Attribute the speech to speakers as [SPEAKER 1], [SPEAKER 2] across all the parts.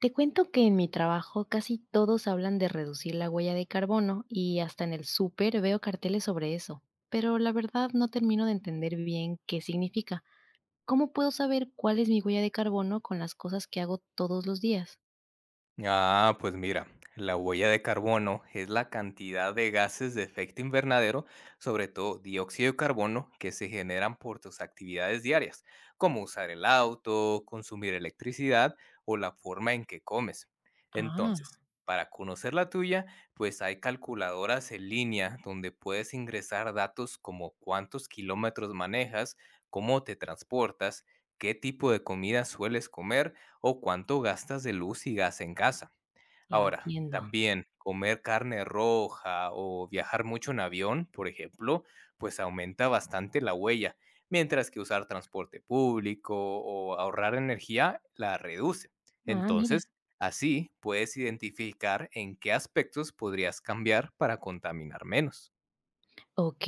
[SPEAKER 1] Te cuento que en mi trabajo casi todos hablan de reducir la huella de carbono y hasta en el súper veo carteles sobre eso, pero la verdad no termino de entender bien qué significa. ¿Cómo puedo saber cuál es mi huella de carbono con las cosas que hago todos los días?
[SPEAKER 2] Ah, pues mira, la huella de carbono es la cantidad de gases de efecto invernadero, sobre todo dióxido de carbono, que se generan por tus actividades diarias, como usar el auto, consumir electricidad o la forma en que comes.
[SPEAKER 1] Ah,
[SPEAKER 2] Entonces, para conocer la tuya, pues hay calculadoras en línea donde puedes ingresar datos como cuántos kilómetros manejas, cómo te transportas, qué tipo de comida sueles comer o cuánto gastas de luz y gas en casa. Ahora,
[SPEAKER 1] entiendo.
[SPEAKER 2] también comer carne roja o viajar mucho en avión, por ejemplo, pues aumenta bastante la huella, mientras que usar transporte público o ahorrar energía la reduce.
[SPEAKER 1] Ah, mira.
[SPEAKER 2] Entonces, así puedes identificar en qué aspectos podrías cambiar para contaminar menos.
[SPEAKER 1] Ok,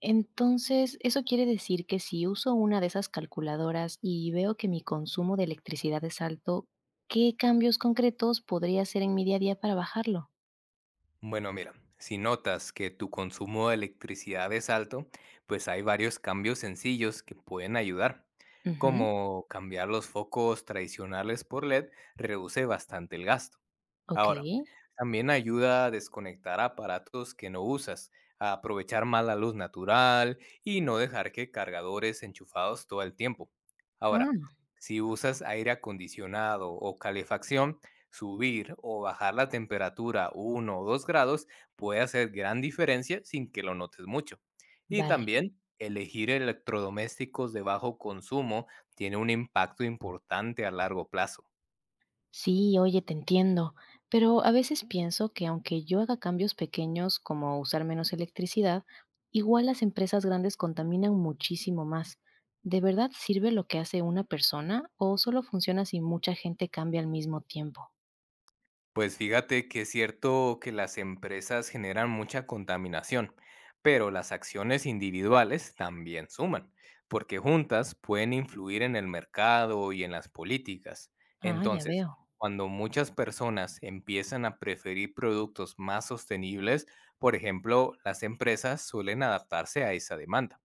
[SPEAKER 1] entonces eso quiere decir que si uso una de esas calculadoras y veo que mi consumo de electricidad es alto, ¿qué cambios concretos podría hacer en mi día a día para bajarlo?
[SPEAKER 2] Bueno, mira, si notas que tu consumo de electricidad es alto, pues hay varios cambios sencillos que pueden ayudar,
[SPEAKER 1] Ujú.
[SPEAKER 2] como cambiar los focos tradicionales por LED reduce bastante el gasto.
[SPEAKER 1] Ok.
[SPEAKER 2] Ahora, también ayuda a desconectar aparatos que no usas, a aprovechar más la luz natural y no dejar que cargadores enchufados todo el tiempo. Ahora,
[SPEAKER 1] Ah,
[SPEAKER 2] si usas aire acondicionado o calefacción, subir o bajar la temperatura uno o 2 grados puede hacer gran diferencia sin que lo notes mucho. Y
[SPEAKER 1] vale,
[SPEAKER 2] también elegir electrodomésticos de bajo consumo tiene un impacto importante a largo plazo.
[SPEAKER 1] sí, oye, te entiendo, pero a veces pienso que aunque yo haga cambios pequeños como usar menos electricidad, igual las empresas grandes contaminan muchísimo más. ¿De verdad sirve lo que hace una persona o solo funciona si mucha gente cambia al mismo tiempo?
[SPEAKER 2] Pues fíjate que es cierto que las empresas generan mucha contaminación, pero las acciones individuales también suman, porque juntas pueden influir en el mercado y en las políticas.
[SPEAKER 1] Ah, ya
[SPEAKER 2] Entonces,
[SPEAKER 1] veo.
[SPEAKER 2] cuando muchas personas empiezan a preferir productos más sostenibles, por ejemplo, las empresas suelen adaptarse a esa demanda.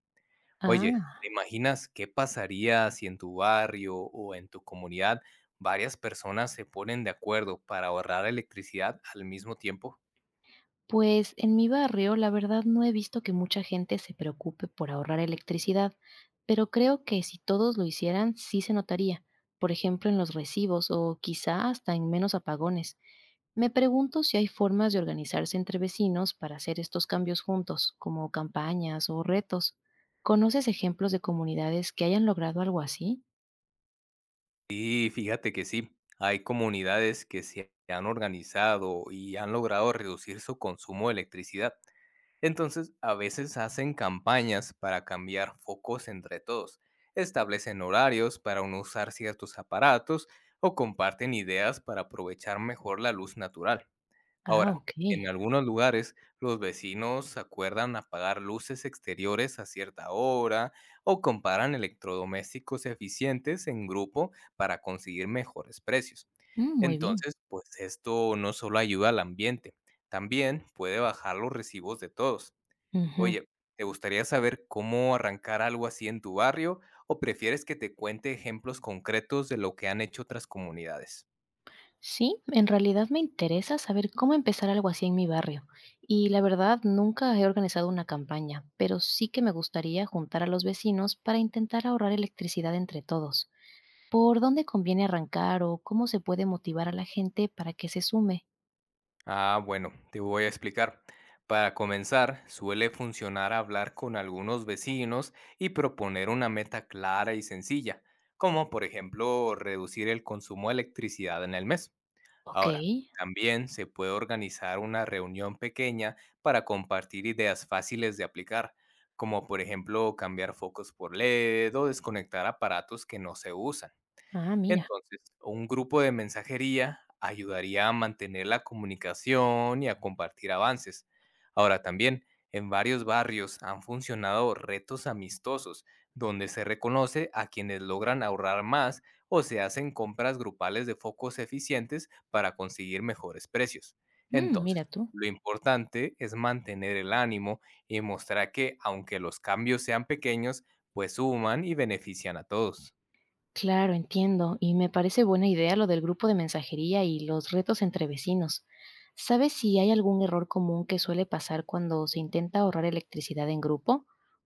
[SPEAKER 2] Oye,
[SPEAKER 1] Ah.
[SPEAKER 2] ¿te imaginas qué pasaría si en tu barrio o en tu comunidad varias personas se ponen de acuerdo para ahorrar electricidad al mismo tiempo?
[SPEAKER 1] Pues en mi barrio, la verdad no he visto que mucha gente se preocupe por ahorrar electricidad, pero creo que si todos lo hicieran, sí se notaría, por ejemplo, en los recibos o quizá hasta en menos apagones. Me pregunto si hay formas de organizarse entre vecinos para hacer estos cambios juntos, como campañas o retos. ¿Conoces ejemplos de comunidades que hayan logrado algo así?
[SPEAKER 2] Sí, fíjate que sí, hay comunidades que se han organizado y han logrado reducir su consumo de electricidad. Entonces, a veces hacen campañas para cambiar focos entre todos, establecen horarios para no usar ciertos aparatos o comparten ideas para aprovechar mejor la luz natural.
[SPEAKER 1] Ah,
[SPEAKER 2] Ahora,
[SPEAKER 1] ok.
[SPEAKER 2] en algunos lugares, los vecinos acuerdan apagar luces exteriores a cierta hora o comparan electrodomésticos eficientes en grupo para conseguir mejores precios.
[SPEAKER 1] Mm, muy bien.
[SPEAKER 2] Entonces, pues esto no solo ayuda al ambiente, también puede bajar los recibos de todos.
[SPEAKER 1] Ujú.
[SPEAKER 2] Oye, ¿te gustaría saber cómo arrancar algo así en tu barrio o prefieres que te cuente ejemplos concretos de lo que han hecho otras comunidades?
[SPEAKER 1] Sí, en realidad me interesa saber cómo empezar algo así en mi barrio. Y la verdad, nunca he organizado una campaña, pero sí que me gustaría juntar a los vecinos para intentar ahorrar electricidad entre todos. ¿Por dónde conviene arrancar o cómo se puede motivar a la gente para que se sume?
[SPEAKER 2] Ah, bueno, te voy a explicar. Para comenzar, suele funcionar hablar con algunos vecinos y proponer una meta clara y sencilla, como por ejemplo reducir el consumo de electricidad en el mes.
[SPEAKER 1] Ok.
[SPEAKER 2] Ahora, también se puede organizar una reunión pequeña para compartir ideas fáciles de aplicar, como por ejemplo cambiar focos por LED o desconectar aparatos que no se usan.
[SPEAKER 1] Ah, mira.
[SPEAKER 2] Entonces, un grupo de mensajería ayudaría a mantener la comunicación y a compartir avances. Ahora también, en varios barrios han funcionado retos amistosos, donde se reconoce a quienes logran ahorrar más o se hacen compras grupales de focos eficientes para conseguir mejores precios.
[SPEAKER 1] Mm,
[SPEAKER 2] Entonces,
[SPEAKER 1] mira tú.
[SPEAKER 2] lo importante es mantener el ánimo y mostrar que, aunque los cambios sean pequeños, pues suman y benefician a todos.
[SPEAKER 1] Claro, entiendo. Y me parece buena idea lo del grupo de mensajería y los retos entre vecinos. ¿Sabes si hay algún error común que suele pasar cuando se intenta ahorrar electricidad en grupo?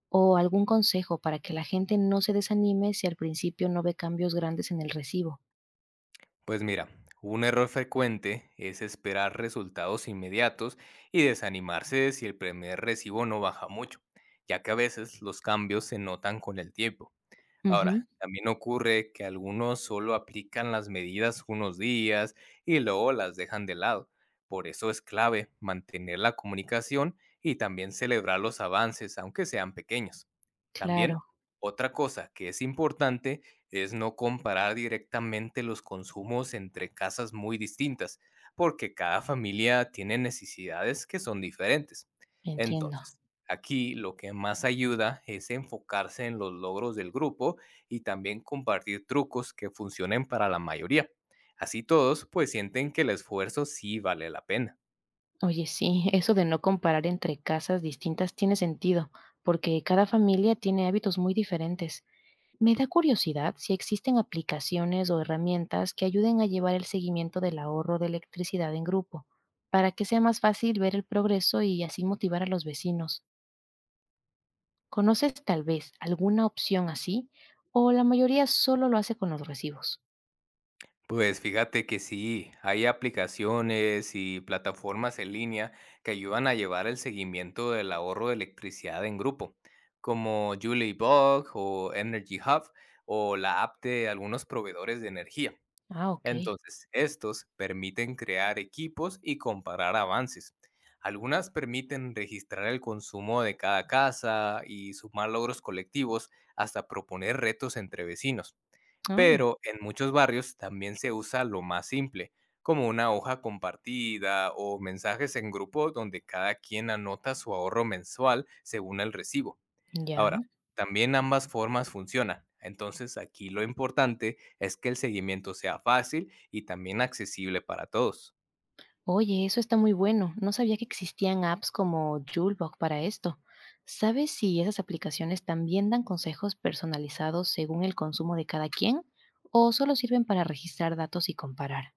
[SPEAKER 1] ¿O algún consejo para que la gente no se desanime si al principio no ve cambios grandes en el recibo?
[SPEAKER 2] Pues mira, un error frecuente es esperar resultados inmediatos y desanimarse si el primer recibo no baja mucho, ya que a veces los cambios se notan con el tiempo.
[SPEAKER 1] Ujú,
[SPEAKER 2] Ahora, también ocurre que algunos solo aplican las medidas unos días y luego las dejan de lado. Por eso es clave mantener la comunicación y también celebrar los avances, aunque sean pequeños.
[SPEAKER 1] claro,
[SPEAKER 2] También, otra cosa que es importante es no comparar directamente los consumos entre casas muy distintas, porque cada familia tiene necesidades que son diferentes.
[SPEAKER 1] entiendo.
[SPEAKER 2] Entonces, aquí lo que más ayuda es enfocarse en los logros del grupo y también compartir trucos que funcionen para la mayoría. Así todos pues sienten que el esfuerzo sí vale la pena.
[SPEAKER 1] Oye, sí, eso de no comparar entre casas distintas tiene sentido, porque cada familia tiene hábitos muy diferentes. Me da curiosidad si existen aplicaciones o herramientas que ayuden a llevar el seguimiento del ahorro de electricidad en grupo, para que sea más fácil ver el progreso y así motivar a los vecinos. ¿Conoces tal vez alguna opción así? ¿O la mayoría solo lo hace con los recibos?
[SPEAKER 2] Pues fíjate que sí, hay aplicaciones y plataformas en línea que ayudan a llevar el seguimiento del ahorro de electricidad en grupo, como Julie Bug o Energy Hub o la app de algunos proveedores de energía.
[SPEAKER 1] Ah, ok.
[SPEAKER 2] Entonces, estos permiten crear equipos y comparar avances. Algunas permiten registrar el consumo de cada casa y sumar logros colectivos hasta proponer retos entre vecinos.
[SPEAKER 1] Ah,
[SPEAKER 2] Pero en muchos barrios también se usa lo más simple, como una hoja compartida o mensajes en grupo donde cada quien anota su ahorro mensual según el recibo.
[SPEAKER 1] ya.
[SPEAKER 2] Ahora, también ambas formas funcionan. Entonces, aquí lo importante es que el seguimiento sea fácil y también accesible para todos.
[SPEAKER 1] Oye, eso está muy bueno. No sabía que existían apps como Julebug para esto. ¿Sabes si esas aplicaciones también dan consejos personalizados según el consumo de cada quien o solo sirven para registrar datos y comparar?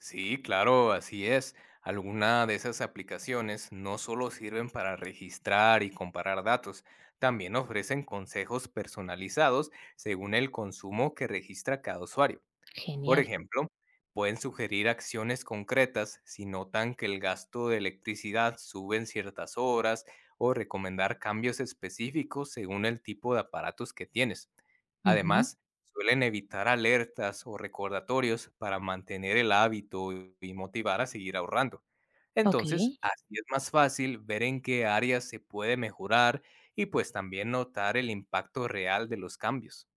[SPEAKER 2] Sí, claro, así es. Algunas de esas aplicaciones no solo sirven para registrar y comparar datos, también ofrecen consejos personalizados según el consumo que registra cada usuario. Por
[SPEAKER 1] Genial.
[SPEAKER 2] ejemplo, pueden sugerir acciones concretas si notan que el gasto de electricidad sube en ciertas horas o recomendar cambios específicos según el tipo de aparatos que tienes.
[SPEAKER 1] Ujú.
[SPEAKER 2] Además, suelen evitar alertas o recordatorios para mantener el hábito y motivar a seguir ahorrando.
[SPEAKER 1] Ok.
[SPEAKER 2] Entonces, así es más fácil ver en qué áreas se puede mejorar y pues también notar el impacto real de los cambios.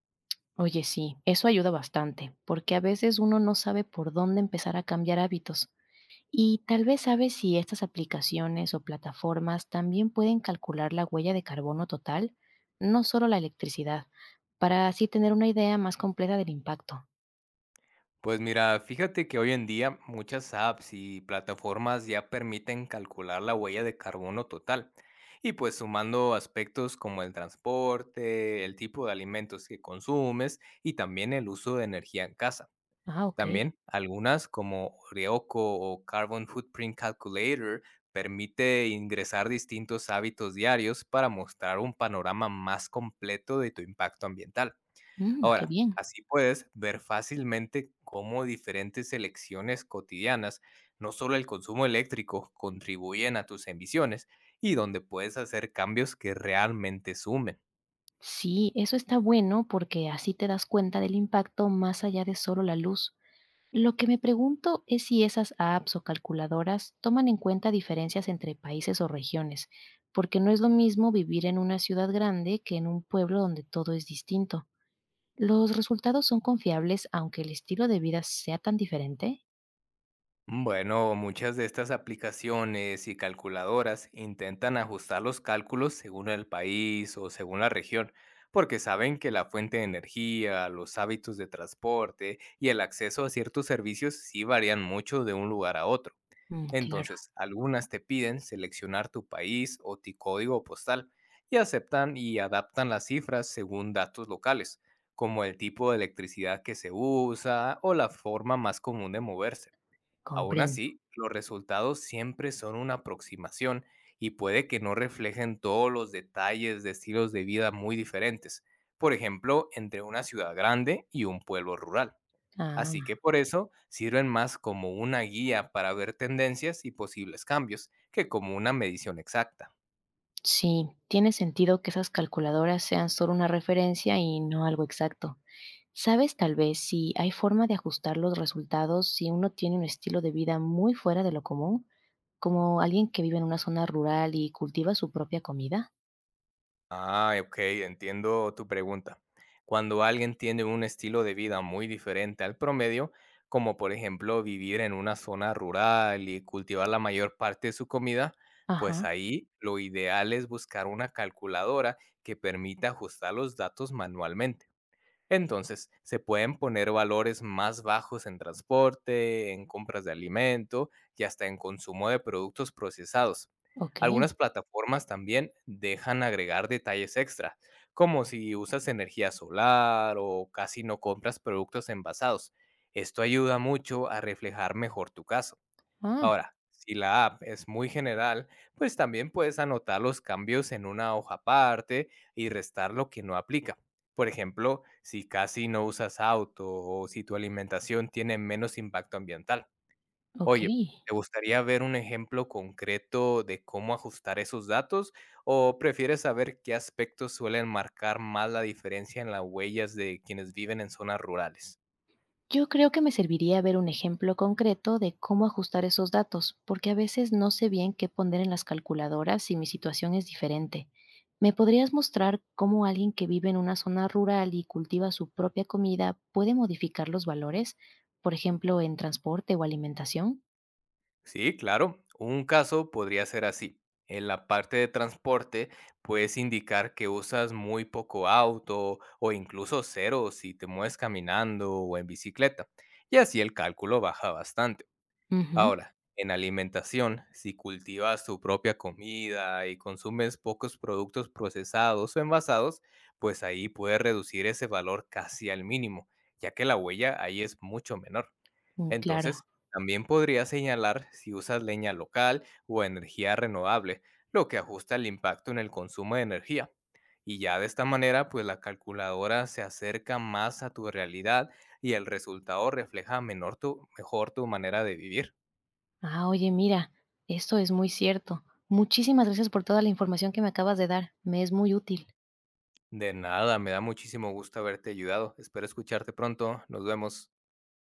[SPEAKER 1] Oye, sí, eso ayuda bastante, porque a veces uno no sabe por dónde empezar a cambiar hábitos. Y tal vez sabes si estas aplicaciones o plataformas también pueden calcular la huella de carbono total, no solo la electricidad, para así tener una idea más completa del impacto.
[SPEAKER 2] Pues mira, fíjate que hoy en día muchas apps y plataformas ya permiten calcular la huella de carbono total. Y pues sumando aspectos como el transporte, el tipo de alimentos que consumes y también el uso de energía en casa.
[SPEAKER 1] Ah, ok.
[SPEAKER 2] También algunas como Ryoko o Carbon Footprint Calculator permite ingresar distintos hábitos diarios para mostrar un panorama más completo de tu impacto ambiental.
[SPEAKER 1] Mm, qué
[SPEAKER 2] Ahora,
[SPEAKER 1] bien.
[SPEAKER 2] así puedes ver fácilmente cómo diferentes elecciones cotidianas, no solo el consumo eléctrico, contribuyen a tus emisiones y donde puedes hacer cambios que realmente sumen.
[SPEAKER 1] Sí, eso está bueno porque así te das cuenta del impacto más allá de solo la luz. Lo que me pregunto es si esas apps o calculadoras toman en cuenta diferencias entre países o regiones, porque no es lo mismo vivir en una ciudad grande que en un pueblo donde todo es distinto. ¿Los resultados son confiables aunque el estilo de vida sea tan diferente?
[SPEAKER 2] Bueno, muchas de estas aplicaciones y calculadoras intentan ajustar los cálculos según el país o según la región, porque saben que la fuente de energía, los hábitos de transporte y el acceso a ciertos servicios sí varían mucho de un lugar a otro.
[SPEAKER 1] Mm, claro,
[SPEAKER 2] Entonces, algunas te piden seleccionar tu país o tu código postal y aceptan y adaptan las cifras según datos locales, como el tipo de electricidad que se usa o la forma más común de moverse. Aún
[SPEAKER 1] comprendo.
[SPEAKER 2] así, los resultados siempre son una aproximación y puede que no reflejen todos los detalles de estilos de vida muy diferentes, por ejemplo, entre una ciudad grande y un pueblo rural. Así
[SPEAKER 1] Ah,
[SPEAKER 2] que por eso sirven más como una guía para ver tendencias y posibles cambios que como una medición exacta.
[SPEAKER 1] sí, tiene sentido que esas calculadoras sean solo una referencia y no algo exacto. ¿Sabes tal vez si hay forma de ajustar los resultados si uno tiene un estilo de vida muy fuera de lo común, como alguien que vive en una zona rural y cultiva su propia comida?
[SPEAKER 2] Ah, ok, entiendo tu pregunta. Cuando alguien tiene un estilo de vida muy diferente al promedio, como por ejemplo vivir en una zona rural y cultivar la mayor parte de su comida, pues
[SPEAKER 1] Ajá,
[SPEAKER 2] ahí lo ideal es buscar una calculadora que permita ajustar los datos manualmente. Entonces, se pueden poner valores más bajos en transporte, en compras de alimento y hasta en consumo de productos procesados.
[SPEAKER 1] ok.
[SPEAKER 2] Algunas plataformas también dejan agregar detalles extra, como si usas energía solar o casi no compras productos envasados. Esto ayuda mucho a reflejar mejor tu caso.
[SPEAKER 1] Ah,
[SPEAKER 2] Ahora, si la app es muy general, pues también puedes anotar los cambios en una hoja aparte y restar lo que no aplica. Por ejemplo, si casi no usas auto o si tu alimentación tiene menos impacto ambiental.
[SPEAKER 1] ok.
[SPEAKER 2] Oye, ¿te gustaría ver un ejemplo concreto de cómo ajustar esos datos o prefieres saber qué aspectos suelen marcar más la diferencia en las huellas de quienes viven en zonas rurales?
[SPEAKER 1] Yo creo que me serviría ver un ejemplo concreto de cómo ajustar esos datos, porque a veces no sé bien qué poner en las calculadoras si mi situación es diferente. ¿Me podrías mostrar cómo alguien que vive en una zona rural y cultiva su propia comida puede modificar los valores, por ejemplo, en transporte o alimentación?
[SPEAKER 2] Sí, claro. Un caso podría ser así. En la parte de transporte puedes indicar que usas muy poco auto o incluso cero si te mueves caminando o en bicicleta. Y así el cálculo baja bastante.
[SPEAKER 1] Ujú,
[SPEAKER 2] Ahora, en alimentación, si cultivas tu propia comida y consumes pocos productos procesados o envasados, pues ahí puedes reducir ese valor casi al mínimo, ya que la huella ahí es mucho menor.
[SPEAKER 1] mm, claro.
[SPEAKER 2] Entonces, también podría señalar si usas leña local o energía renovable, lo que ajusta el impacto en el consumo de energía. Y ya de esta manera, pues la calculadora se acerca más a tu realidad y el resultado refleja mejor tu manera de vivir.
[SPEAKER 1] Ah, oye, mira, esto es muy cierto. Muchísimas gracias por toda la información que me acabas de dar. Me es muy útil.
[SPEAKER 2] De nada, me da muchísimo gusto haberte ayudado. Espero escucharte pronto. Nos vemos.